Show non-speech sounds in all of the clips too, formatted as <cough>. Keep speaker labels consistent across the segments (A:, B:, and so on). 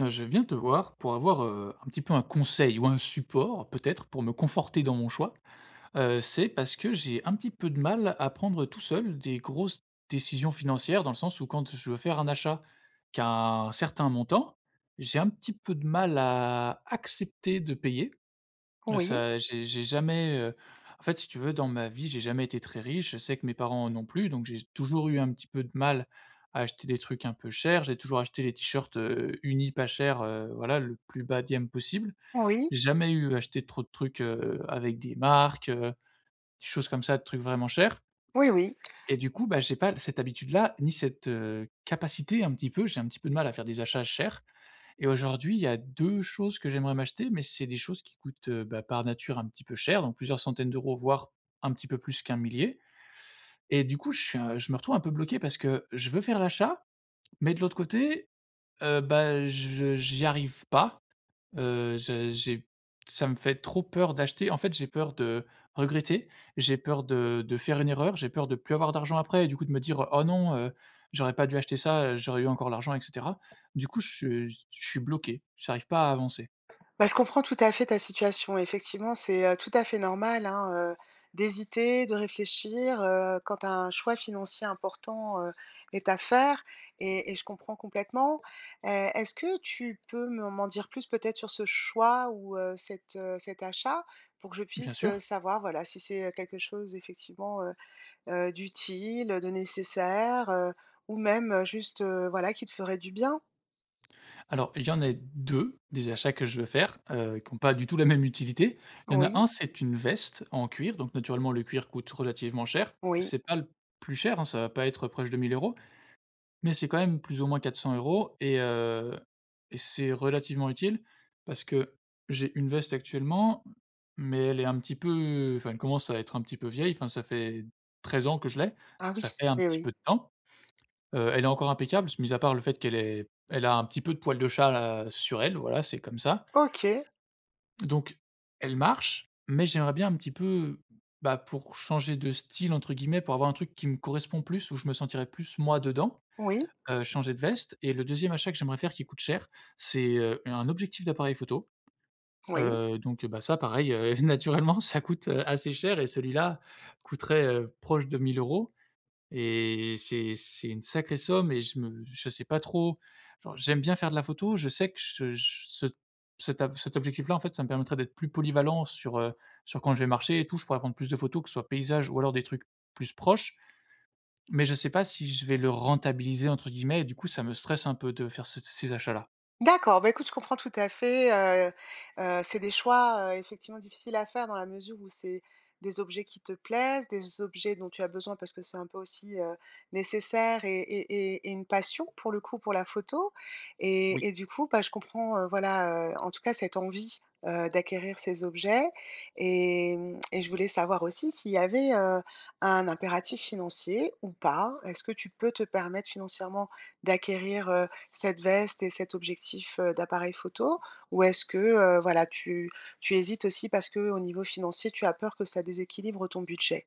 A: Je viens te voir pour avoir, un petit peu un conseil ou un support peut-être pour me conforter dans mon choix. C'est parce que j'ai un petit peu de mal à prendre tout seul des grosses décisions financières, dans le sens où quand je veux faire un achat qu'à un certain montant, j'ai un petit peu de mal à accepter de payer. Heu,
B: Oui,
A: ça j'ai jamais, en fait, si tu veux, dans ma vie, j'ai jamais été très riche. Je sais que mes parents non plus, donc j'ai toujours eu un petit peu de mal à acheter des trucs un peu chers. J'ai toujours acheté les t-shirts, unis pas chers, voilà, le plus bas de gamme possible.
B: oui,
A: J'ai jamais eu acheté trop de trucs, avec des marques, des choses comme ça, de trucs vraiment chers.
B: oui, oui.
A: Et du coup, bah, j'ai pas cette habitude-là, ni cette, capacité un petit peu j'ai un petit peu de mal à faire des achats chers. Et aujourd'hui, il y a 2 choses que j'aimerais m'acheter, mais c'est des choses qui coûtent, bah, par nature un petit peu cher, donc plusieurs centaines d'euros, voire un petit peu plus qu'un millier. Et du coup, je me retrouve un peu bloqué parce que je veux faire l'achat, mais de l'autre côté, bah, je j'y arrive pas. Je j'ai ça me fait trop peur d'acheter. En fait, j'ai peur de regretter, j'ai peur de faire une erreur, j'ai peur de plus avoir d'argent après et du coup de me dire: «Oh non, j'aurais pas dû acheter ça, j'aurais eu encore l'argent» et cetera. Du coup, je suis bloqué, j'arrive pas à avancer,
B: Bah, je comprends tout à fait ta situation. Effectivement, c'est, tout à fait normal, hein, d'hésiter, de réfléchir, quand un choix financier important, est à faire et je comprends complètement. Heu, Est-ce que tu peux me m'en dire plus peut-être sur ce choix ou cet, cet achat? Pour que je
A: bien
B: puisse,
A: sûr.
B: savoir, voilà, si c'est, quelque chose effectivement, d'utile, de nécessaire, ou même, juste, voilà, qui te ferait du bien?
A: Alors, il y en a 2 des achats que je veux faire, qui ont pas du tout la même utilité. Il y en a
B: Oui,
A: un, c'est une veste en cuir, donc naturellement le cuir coûte relativement cher.
B: oui.
A: C'est pas le plus cher, hein, ça va pas être proche de 1000 euros. Mais c'est quand même plus ou moins 400 € et c'est relativement utile parce que j'ai une veste actuellement, mais elle est un petit peu enfin, elle commence à être un petit peu vieille, enfin, ça fait 13 ans que je l'ai,
B: Ah oui,
A: ça fait un
B: oui,
A: petit
B: oui.
A: peu de temps. Elle est encore impeccable, mis à part le fait qu' elle a un petit peu de poil de chat, sur elle, voilà, c'est comme ça.
B: OK,
A: Donc elle marche, mais j'aimerais bien un petit peu, bah, pour «changer de style» entre guillemets, pour avoir un truc qui me correspond plus, où je me sentirais plus moi dedans.
B: oui,
A: Changer de veste et le deuxième achat que j'aimerais faire qui coûte cher, c'est, un objectif d'appareil photo.
B: oui.
A: Donc, bah, ça pareil, <laughs> naturellement ça coûte, assez cher et celui-là coûterait, proche de 1000 euros. Et c'est une sacrée somme et je sais pas trop genre j'aime bien faire de la photo, je sais que je ce cet ab cet objectif-là, en fait, ça me permettrait d'être plus polyvalent sur quand je vais marcher et tout. Je pourrais prendre plus de photos, que ce soit paysage ou alors des trucs plus proches. Mais je sais pas si je vais le «rentabiliser» entre guillemets et du coup ça me stresse un peu de faire ce ces achats-là.
B: D'accord, bah, écoute, je comprends tout à fait, c'est des choix, effectivement difficiles à faire dans la mesure où c'est des objets qui te plaisent, des objets dont tu as besoin parce que c'est un peu aussi, nécessaire et une passion pour le coup, pour la photo
A: Oui.
B: et du coup, bah, je comprends, voilà, en tout cas cette envie, d'acquérir ces objets et mmh et je voulais savoir aussi s'il y avait, un impératif financier ou pas? Est-ce que tu peux te permettre financièrement d'acquérir, cette veste et cet objectif, d'appareil photo? Ou est-ce que, voilà, tu hésites aussi parce que au niveau financier, tu as peur que ça déséquilibre ton budget?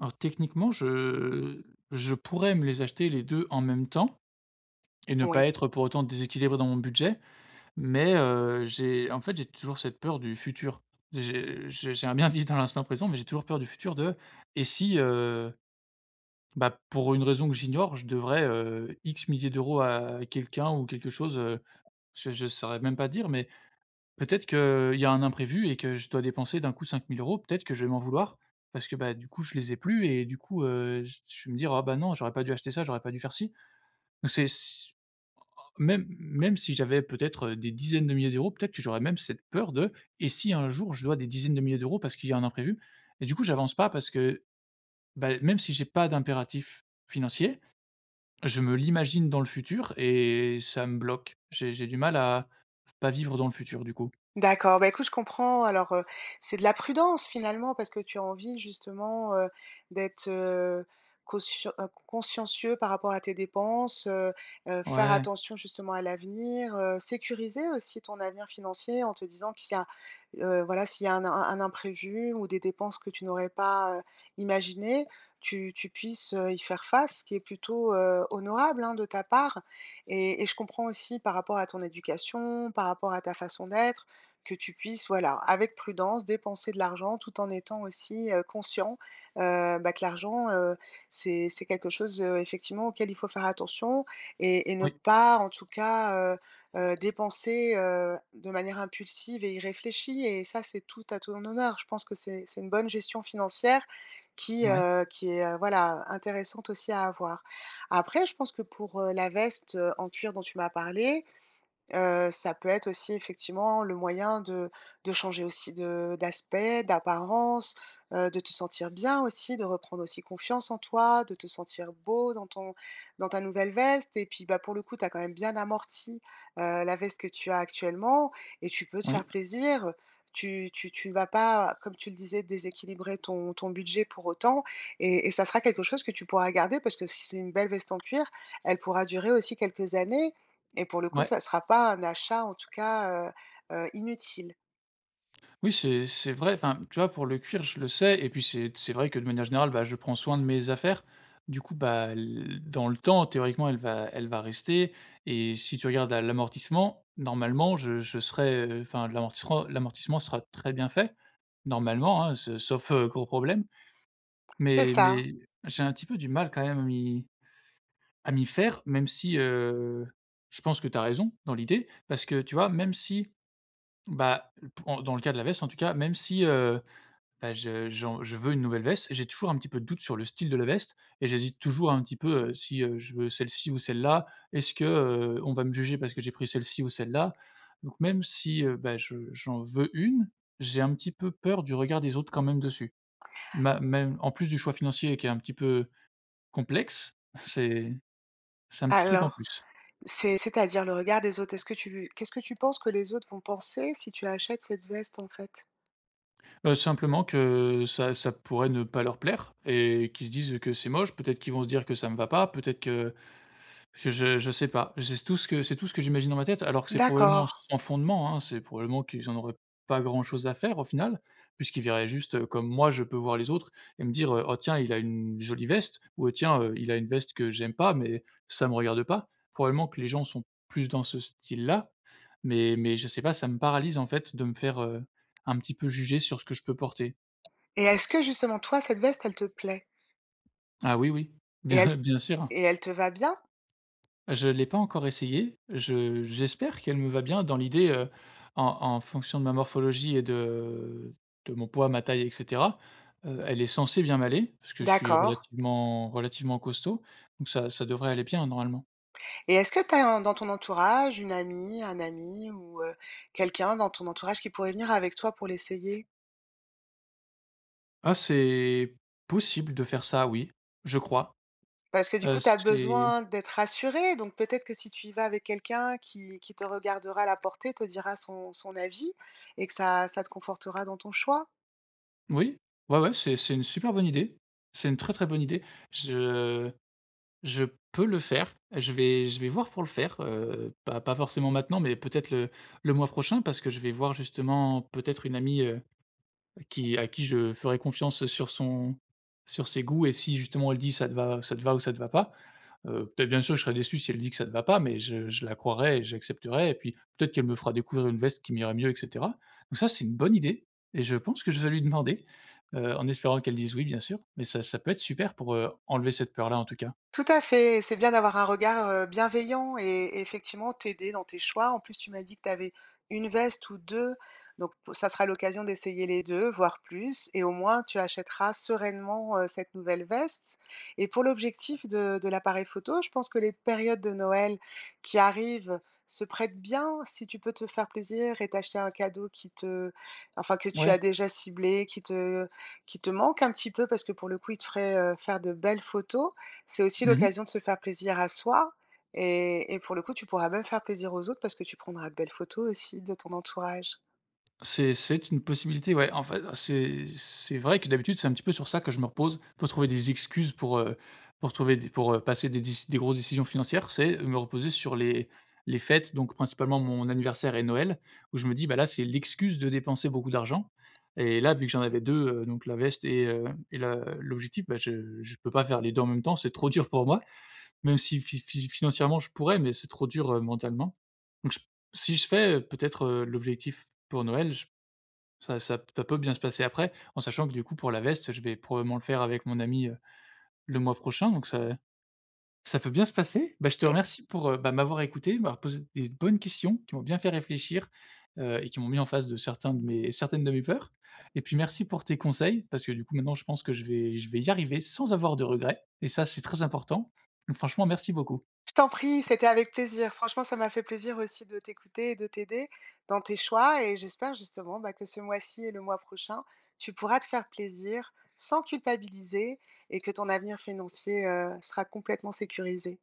A: Alors techniquement, je pourrais me les acheter les 2 en même temps et ne
B: Oui.
A: pas être pour autant déséquilibré dans mon budget, mais j'ai en fait, j'ai toujours cette peur du futur. J'aimerais bien vivre dans l'instant présent, mais j'ai toujours peur du futur de: «Et si, bah, pour une raison que j'ignore, je devrais, X milliers d'euros à quelqu'un ou quelque chose, je saurais même pas dire, mais peut-être qu'il y a un imprévu et que je dois dépenser d'un coup 5000 euros. Peut-être que je vais m'en vouloir parce que, bah, du coup, je les ai plus et du coup, j je vais me dire: «Ah bah non, j'aurais pas dû acheter ça, j'aurais pas dû faire ci». Donc c'est s même même si j'avais peut-être, des dizaines de milliers d'euros, peut-être que j'aurais même cette peur de: «Et si un jour je dois des dizaines de milliers d'euros parce qu'il y a un imprévu?» Et du coup, j'avance pas parce que, bah, même si j'ai pas d'impératif financier, je me l'imagine dans le futur et ça me bloque. J'ai du mal à pas vivre dans le futur, du coup.
B: D'accord, bah, écoute, je comprends. Alors, c'est de la prudence finalement parce que tu as envie justement, d'être, caution consciencieux par rapport à tes dépenses, faire
A: Ouais,
B: attention justement à l'avenir, sécuriser aussi ton avenir financier en te disant qu'il y a, voilà, s'il y a un imprévu ou des dépenses que tu n'aurais pas, imaginées, tu puisses, y faire face, ce qui est plutôt, honorable, hein, de ta part et je comprends aussi par rapport à ton éducation, par rapport à ta façon d'être que tu puisses, voilà, avec prudence, dépenser de l'argent tout en étant aussi, conscient, bah, que l'argent, c'est quelque chose, effectivement auquel il faut faire attention et ne
A: oui,
B: pas en tout cas, dépenser, de manière impulsive et irréfléchie et ça, c'est tout à ton honneur. Je pense que c'est une bonne gestion financière
A: ouais,
B: qui est, voilà, intéressante aussi à avoir. Après je pense que pour, la veste, en cuir dont tu m'as parlé, ça peut être aussi effectivement le moyen de changer aussi de d'aspect, d'apparence, de te sentir bien aussi, de reprendre aussi confiance en toi, de te sentir beau dans ton dans ta nouvelle veste et puis, bah, pour le coup, tu as quand même bien amorti, la veste que tu as actuellement et tu peux te faire
A: oui,
B: plaisir. Tu ne vas pas, comme tu le disais, déséquilibrer ton budget pour autant et ça sera quelque chose que tu pourras garder parce que si c'est une belle veste en cuir, elle pourra durer aussi quelques années et pour le coup,
A: ouais.
B: ça sera pas un achat, en tout cas, inutile.
A: Oui, c'est vrai, enfin, tu vois, pour le cuir, je le sais et puis c'est vrai que de manière générale, bah, je prends soin de mes affaires. Du coup, bah, l dans le temps, théoriquement, elle va rester et si tu regardes à l'amortissement, normalement, je serai enfin, l'amortissement sera très bien fait, normalement, hein, s sauf, gros problème.
B: C'est
A: Mais
B: ça.
A: mais j'ai un petit peu du mal quand même à m'y à m'y faire, même si, je pense que tu as raison dans l'idée, parce que tu vois, même si, bah, pou en dans le cas de la veste en tout cas, même si, bah, je veux une nouvelle veste, j'ai toujours un petit peu de doute sur le style de la veste et j'hésite toujours un petit peu, si, je veux celle-ci ou celle-là. Est-ce que, on va me juger parce que j'ai pris celle-ci ou celle-là? Donc même si, bah, je j'en veux une, j'ai un petit peu peur du regard des autres quand même dessus. Ma Même en plus du choix financier qui est un petit peu complexe, <laughs> c'est c'est un petit truc en
B: Alors,
A: plus.
B: c'est c'est-à-dire le regard des autres? Est-ce que tu qu'est-ce que tu penses que les autres vont penser si tu achètes cette veste, en fait?
A: Simplement que ça pourrait ne pas leur plaire et qu'ils se disent que c'est moche. Peut-être qu'ils vont se dire que ça me va pas, peut-être que je sais pas. C'est tout ce que c'est tout ce que j'imagine dans ma tête, alors que c'est probablement
B: D'accord
A: sans fondement, hein. C'est probablement qu'ils en auraient pas grand-chose à faire au final, puisqu'ils verraient juste, comme moi je peux voir les autres et me dire, «Oh tiens, il a une jolie veste» ou, «Tiens, il a une veste que j'aime pas, mais ça me regarde pas». Probablement que les gens sont plus dans ce style-là, mais je sais pas, ça me paralyse en fait de me faire, un petit peu juger sur ce que je peux porter.
B: et est-ce que justement, toi, cette veste, elle te plaît?
A: Ah oui, oui, <laughs>
B: Et elle
A: bien sûr.
B: et elle te va bien?
A: Je l'ai pas encore essayée. Je J'espère qu'elle me va bien. Dans l'idée, en en fonction de ma morphologie et de mon poids, ma taille et cetera, elle est censée bien m'aller, parce que je suis
B: D'accord
A: relativement costaud, donc ça devrait aller bien normalement.
B: et est-ce que tu as dans ton entourage, une amie, un ami ou quelqu'un dans ton entourage qui pourrait venir avec toi pour l'essayer?
A: Ah, c'est possible de faire ça, oui, je crois.
B: Parce que du coup, tu as
A: C'est
B: besoin d'être rassuré, donc peut-être que si tu y vas avec quelqu'un qui te regardera la portée, te dira son avis et que ça ça te confortera dans ton choix?
A: oui, ouais, ouais, c'est une super bonne idée. C'est une très, très bonne idée. Je Je peux le faire. Je vais voir pour le faire, pas forcément maintenant, mais peut-être le mois prochain parce que je vais voir justement peut-être une amie, qui à qui je ferai confiance sur son sur ses goûts et si justement elle dit: Ça te va ou ça te va pas», peut-être bien sûr je serai déçu si elle dit que ça te va pas, mais je la croirai et j'accepterai et puis peut-être qu'elle me fera découvrir une veste qui m'irait mieux et cetera. Donc ça, c'est une bonne idée et je pense que je vais lui demander, en espérant qu'elle dise oui, bien sûr, mais ça peut être super pour, enlever cette peur-là, en tout cas.
B: Tout à fait c'est bien d'avoir un regard, bienveillant et effectivement t'aider dans tes choix. En plus, tu m'as dit que tu avais une veste ou 2, donc p ça sera l'occasion d'essayer les 2, voire plus et au moins tu achèteras sereinement, cette nouvelle veste et pour l'objectif de l'appareil photo, je pense que les périodes de Noël qui arrivent se prêtent bien. Si tu peux te faire plaisir et t'acheter un cadeau qui te enfin que
A: Ouais.
B: tu as
A: Ouais.
B: déjà ciblé, qui te manque un petit peu parce que pour le coup, il te ferait, faire de belles photos c'est aussi
A: Mmh.
B: l'occasion de se faire plaisir à soi et pour le coup, tu pourras même faire plaisir aux autres parce que tu prendras de belles photos aussi de ton entourage.
A: C'est une possibilité, ouais. En fait, c'est vrai que d'habitude, c'est un petit peu sur ça que je me repose pour trouver des excuses pour trouver des pour, passer des déci des grosses décisions financières. C'est me reposer sur les fêtes, donc principalement mon anniversaire et Noël, où je me dis: «Bah, là, c'est l'excuse de dépenser beaucoup d'argent». Et là, vu que j'en avais 2 donc la veste et la l'objectif, bah, je peux pas faire les 2 en même temps, c'est trop dur pour moi, même si fi fi financièrement, je pourrais, mais c'est trop dur, mentalement. Donc je si je fais, peut-être, l'objectif pour Noël, je ça peut bien se passer après, en sachant que du coup pour la veste, je vais probablement le faire avec mon ami, le mois prochain, donc ça peut bien se passer. Bah, je te remercie pour, bah, m'avoir écouté, m'avoir posé des bonnes questions qui m'ont bien fait réfléchir, et qui m'ont mis en face de certains de mes certaines de mes peurs. Et puis merci pour tes conseils, parce que du coup maintenant je pense que je vais y arriver sans avoir de regrets et ça c'est très important. Donc franchement merci beaucoup.
B: Je t'en prie, c'était avec plaisir. Franchement, ça m'a fait plaisir aussi de t'écouter et de t'aider dans tes choix et j'espère justement, bah, que ce mois-ci et le mois prochain, tu pourras te faire plaisir sans culpabiliser et que ton avenir financier, sera complètement sécurisé.